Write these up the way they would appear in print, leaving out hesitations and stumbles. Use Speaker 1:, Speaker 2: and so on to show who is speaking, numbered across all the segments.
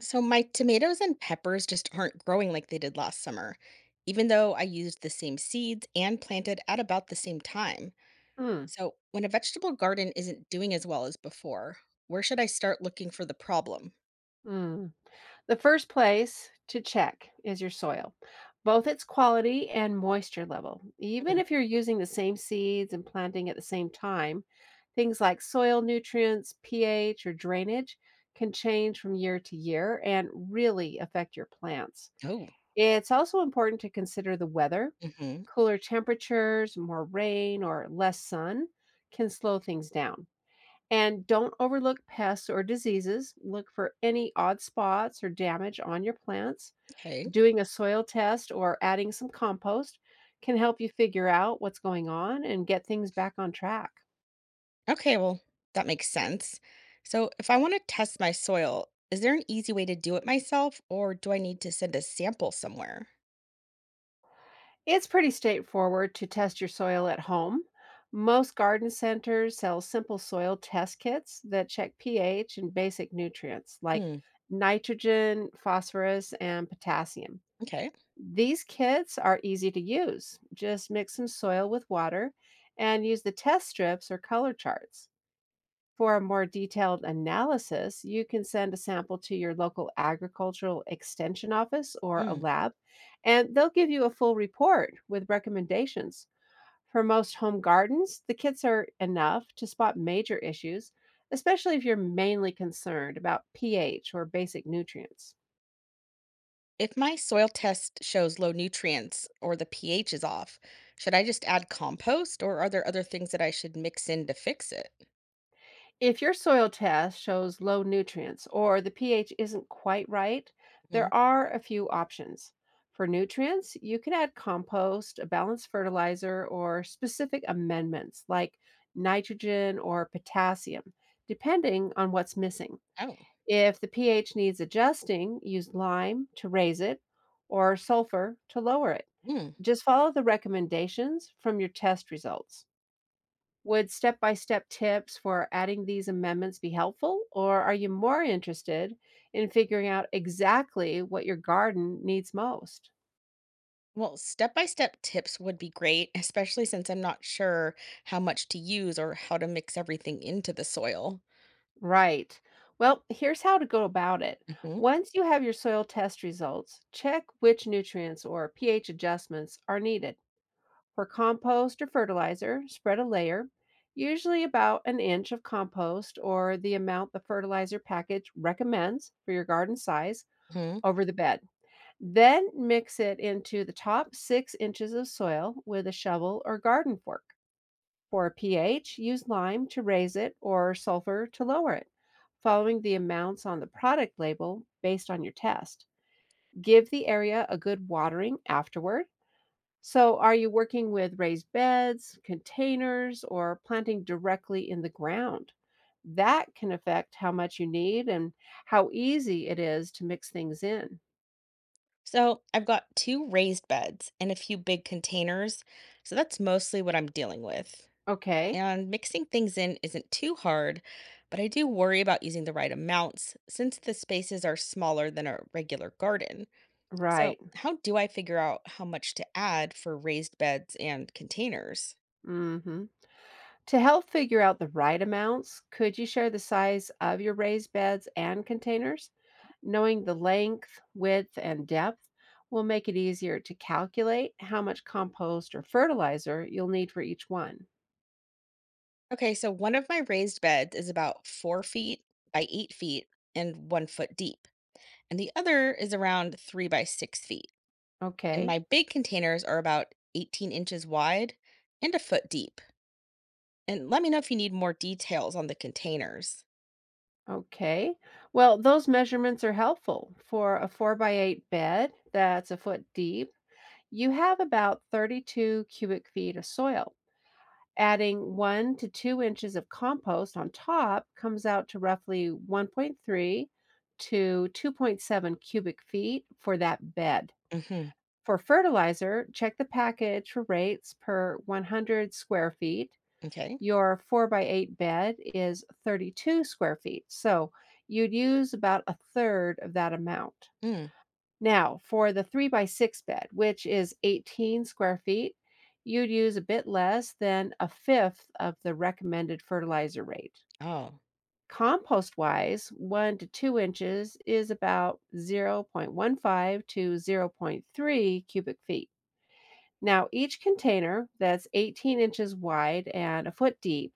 Speaker 1: So my tomatoes and peppers just aren't growing like they did last summer, even though I used the same seeds and planted at about the same time.
Speaker 2: Mm,
Speaker 1: So when a vegetable garden isn't doing as well as before, where should I start looking for the problem?
Speaker 2: mm. The first place to check is your soil, both its quality and moisture level. Even
Speaker 1: Mm.
Speaker 2: if you're using the same seeds and planting at the same time, things like soil nutrients, pH, or drainage can change from year to year and really affect your plants.
Speaker 1: Oh,
Speaker 2: It's also important to consider the weather.
Speaker 1: hmm.
Speaker 2: Cooler temperatures, more rain, or less sun can slow things down. And don't overlook pests or diseases. Look for any odd spots or damage on your plants.
Speaker 1: Okay.
Speaker 2: Doing a soil test or adding some compost can help you figure out what's going on and get things back on track.
Speaker 1: Okay, well, that makes sense. So if I want to test my soil, is there an easy way to do it myself, or do I need to send a sample somewhere?
Speaker 2: It's pretty straightforward to test your soil at home. Most garden centers sell simple soil test kits that check pH and basic nutrients like
Speaker 1: Mm.
Speaker 2: nitrogen, phosphorus, and potassium.
Speaker 1: Okay.
Speaker 2: These kits are easy to use. Just mix some soil with water and use the test strips or color charts. For a more detailed analysis, you can send a sample to your local agricultural extension office or a
Speaker 1: Mm.
Speaker 2: lab, and they'll give you a full report with recommendations. For most home gardens, the kits are enough to spot major issues, especially if you're mainly concerned about pH or basic nutrients.
Speaker 1: If my soil test shows low nutrients or the pH is off, should I just add compost or are there other things that I should mix in to fix it?
Speaker 2: If your soil test shows low nutrients or the pH isn't quite right,
Speaker 1: Mhm.
Speaker 2: there are a few options. For nutrients, you can add compost, a balanced fertilizer, or specific amendments like nitrogen or potassium, depending on what's missing.
Speaker 1: Oh,
Speaker 2: If the pH needs adjusting, use lime to raise it or sulfur to lower it.
Speaker 1: hmm.
Speaker 2: Just follow the recommendations from your test results. Would step-by-step tips for adding these amendments be helpful, or are you more interested in figuring out exactly what your garden needs most?
Speaker 1: Well, step by step tips would be great, especially since I'm not sure how much to use or how to mix everything into the soil.
Speaker 2: Right. Well, here's how to go about it.
Speaker 1: Mhm.
Speaker 2: Once you have your soil test results, check which nutrients or pH adjustments are needed. For compost or fertilizer, spread a layer, usually about an inch of compost or the amount the fertilizer package recommends for your garden size,
Speaker 1: Mhm.
Speaker 2: over the bed. Then mix it into the top 6 inches of soil with a shovel or garden fork. For pH, use lime to raise it or sulfur to lower it, following the amounts on the product label based on your test. Give the area a good watering afterward. So, are you working with raised beds, containers, or planting directly in the ground? That can affect how much you need and how easy it is to mix things in.
Speaker 1: So I've got two raised beds and a few big containers. So that's mostly what I'm dealing with.
Speaker 2: Okay,
Speaker 1: And mixing things in isn't too hard, but I do worry about using the right amounts since the spaces are smaller than a regular garden. So,
Speaker 2: right.
Speaker 1: how do I figure out how much to add for raised beds and containers?
Speaker 2: hmm To help figure out the right amounts, could you share the size of your raised beds and containers? Knowing the length, width, and depth will make it easier to calculate how much compost or fertilizer you'll need for each one.
Speaker 1: Okay, so one of my raised beds is about 4 feet by 8 feet and 1 foot deep, and the other is around 3 by 6 feet. And
Speaker 2: Okay.
Speaker 1: my big containers are about 18 inches wide and a foot deep. And let me know if you need more details on the containers.
Speaker 2: Okay. Well, those measurements are helpful. For a 4 by 8 bed that's a foot deep, you have about 32 cubic feet of soil. Adding 1 to 2 inches of compost on top comes out to roughly 1.3 to 2.7 cubic feet for that bed.
Speaker 1: Mhm.
Speaker 2: For fertilizer, check the package for rates per 100 square feet.
Speaker 1: Okay.
Speaker 2: Your 4 by 8 bed is 32 square feet, so you'd use about a third of that amount.
Speaker 1: Mm.
Speaker 2: Now, for the three by six bed, which is 18 square feet, you'd use a bit less than a fifth of the recommended fertilizer rate.
Speaker 1: Oh.
Speaker 2: Compost wise, 1 to 2 inches is about 0.15 to zero point 0.3 cubic feet. Now, each container that's 18 inches wide and a foot deep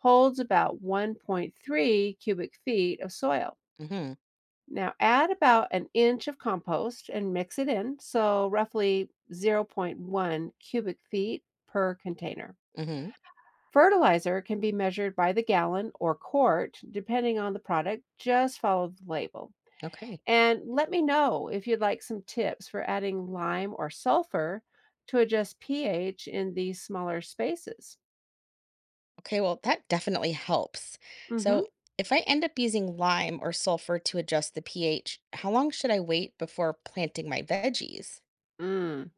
Speaker 2: holds about 1.3 cubic feet of soil.
Speaker 1: Mm-hmm.
Speaker 2: Now add about an inch of compost and mix it in, so roughly zero point 0.1 cubic feet per container.
Speaker 1: Mm-hmm.
Speaker 2: Fertilizer can be measured by the gallon or quart, depending on the product. Just follow the label.
Speaker 1: Okay.
Speaker 2: And let me know if you'd like some tips for adding lime or sulfur to adjust pH in these smaller spaces.
Speaker 1: Okay, well, that definitely helps. So
Speaker 2: Mm-hmm.
Speaker 1: if I end up using lime or sulfur to adjust the pH, how long should I wait before planting my veggies?
Speaker 2: Mm.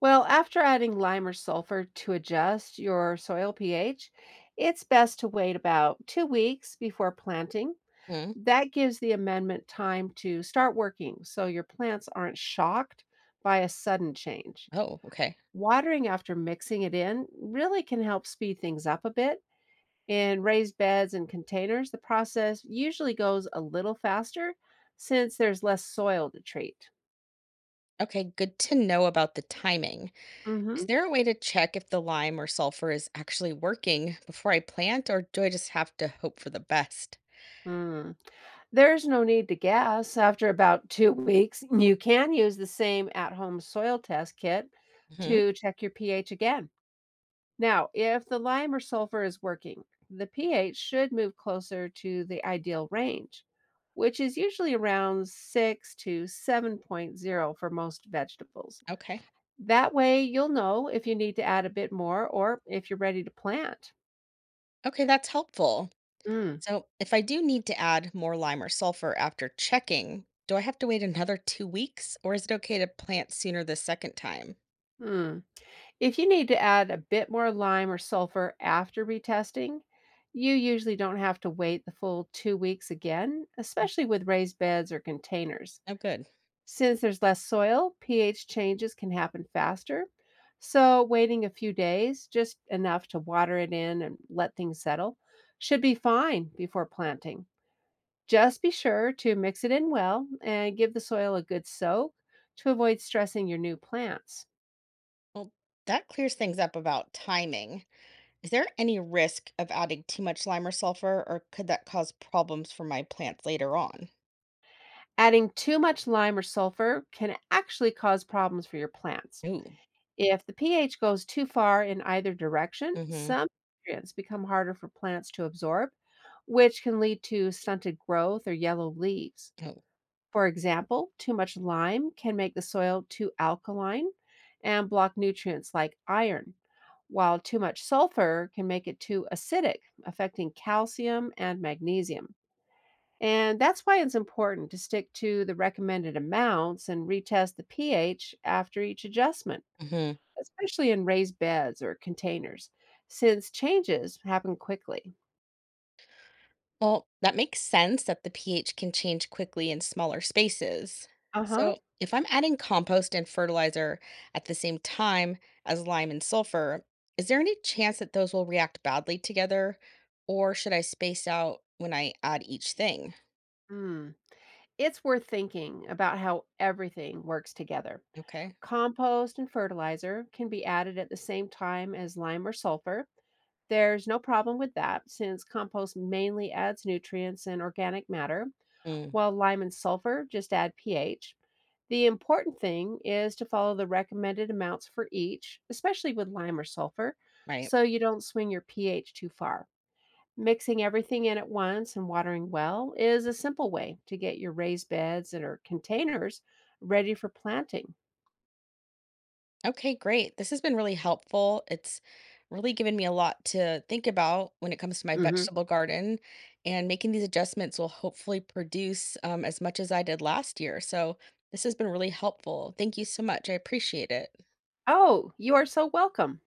Speaker 2: Well, after adding lime or sulfur to adjust your soil pH, it's best to wait about 2 weeks before planting.
Speaker 1: Mm.
Speaker 2: That gives the amendment time to start working so your plants aren't shocked by a sudden change.
Speaker 1: Oh, okay.
Speaker 2: Watering after mixing it in really can help speed things up a bit. In raised beds and containers, the process usually goes a little faster since there's less soil to treat.
Speaker 1: Okay, good to know about the timing. Is there a way to check if the lime or sulfur is actually working before I plant, or do I just have to hope for the best?
Speaker 2: Mm-hmm. There's no need to guess. After about 2 weeks, you can use the same at home soil test kit
Speaker 1: Hmm.
Speaker 2: to check your pH again. Now, if the lime or sulfur is working, the pH should move closer to the ideal range, which is usually around 6 to seven point zero for most vegetables.
Speaker 1: Okay.
Speaker 2: That way, you'll know if you need to add a bit more or if you're ready to plant.
Speaker 1: Okay, that's helpful.
Speaker 2: Mm,
Speaker 1: So, if I do need to add more lime or sulfur after checking, do I have to wait another 2 weeks or is it okay to plant sooner the second time?
Speaker 2: mm. If you need to add a bit more lime or sulfur after retesting, you usually don't have to wait the full 2 weeks again,
Speaker 1: Mm.
Speaker 2: especially with raised beds or containers.
Speaker 1: Oh, good.
Speaker 2: Since there's less soil, pH changes can happen faster. So, waiting a few days, just enough to water it in and let things settle, should be fine before planting. Just be sure to mix it in well and give the soil a good soak to avoid stressing your new plants.
Speaker 1: Well, that clears things up about timing. Is there any risk of adding too much lime or sulfur or could that cause problems for my plants later on?
Speaker 2: Adding too much lime or sulfur can actually cause problems for your plants.
Speaker 1: Ooh.
Speaker 2: If the pH goes too far in either direction,
Speaker 1: Mm-hmm.
Speaker 2: some nutrients become harder for plants to absorb, which can lead to stunted growth or yellow leaves.
Speaker 1: Oh.
Speaker 2: For example, too much lime can make the soil too alkaline and block nutrients like iron, while too much sulfur can make it too acidic, affecting calcium and magnesium. And that's why it's important to stick to the recommended amounts and retest the pH after each adjustment,
Speaker 1: Mhm.
Speaker 2: especially in raised beds or containers, since changes happen quickly.
Speaker 1: Well, that makes sense that the pH can change quickly in smaller spaces.
Speaker 2: Uh
Speaker 1: So, if I'm adding compost and fertilizer at the same time as lime and sulfur, is there any chance that those will react badly together? Or should I space out when I add each thing?
Speaker 2: huh. It's worth thinking about how everything works together.
Speaker 1: Okay.
Speaker 2: Compost and fertilizer can be added at the same time as lime or sulfur. There's no problem with that since compost mainly adds nutrients and organic matter,
Speaker 1: Mm,
Speaker 2: while lime and sulfur just add pH. The important thing is to follow the recommended amounts for each, especially with lime or sulfur, so
Speaker 1: right.
Speaker 2: you don't swing your pH too far. Mixing everything in at once and watering well is a simple way to get your raised beds and or containers ready for planting.
Speaker 1: Okay, great. This has been really helpful. It's really given me a lot to think about when it comes to my
Speaker 2: Mhm.
Speaker 1: vegetable garden, and making these adjustments will hopefully produce as much as I did last year. So, this has been really helpful. Thank you so much. I appreciate it.
Speaker 2: Oh, you are so welcome.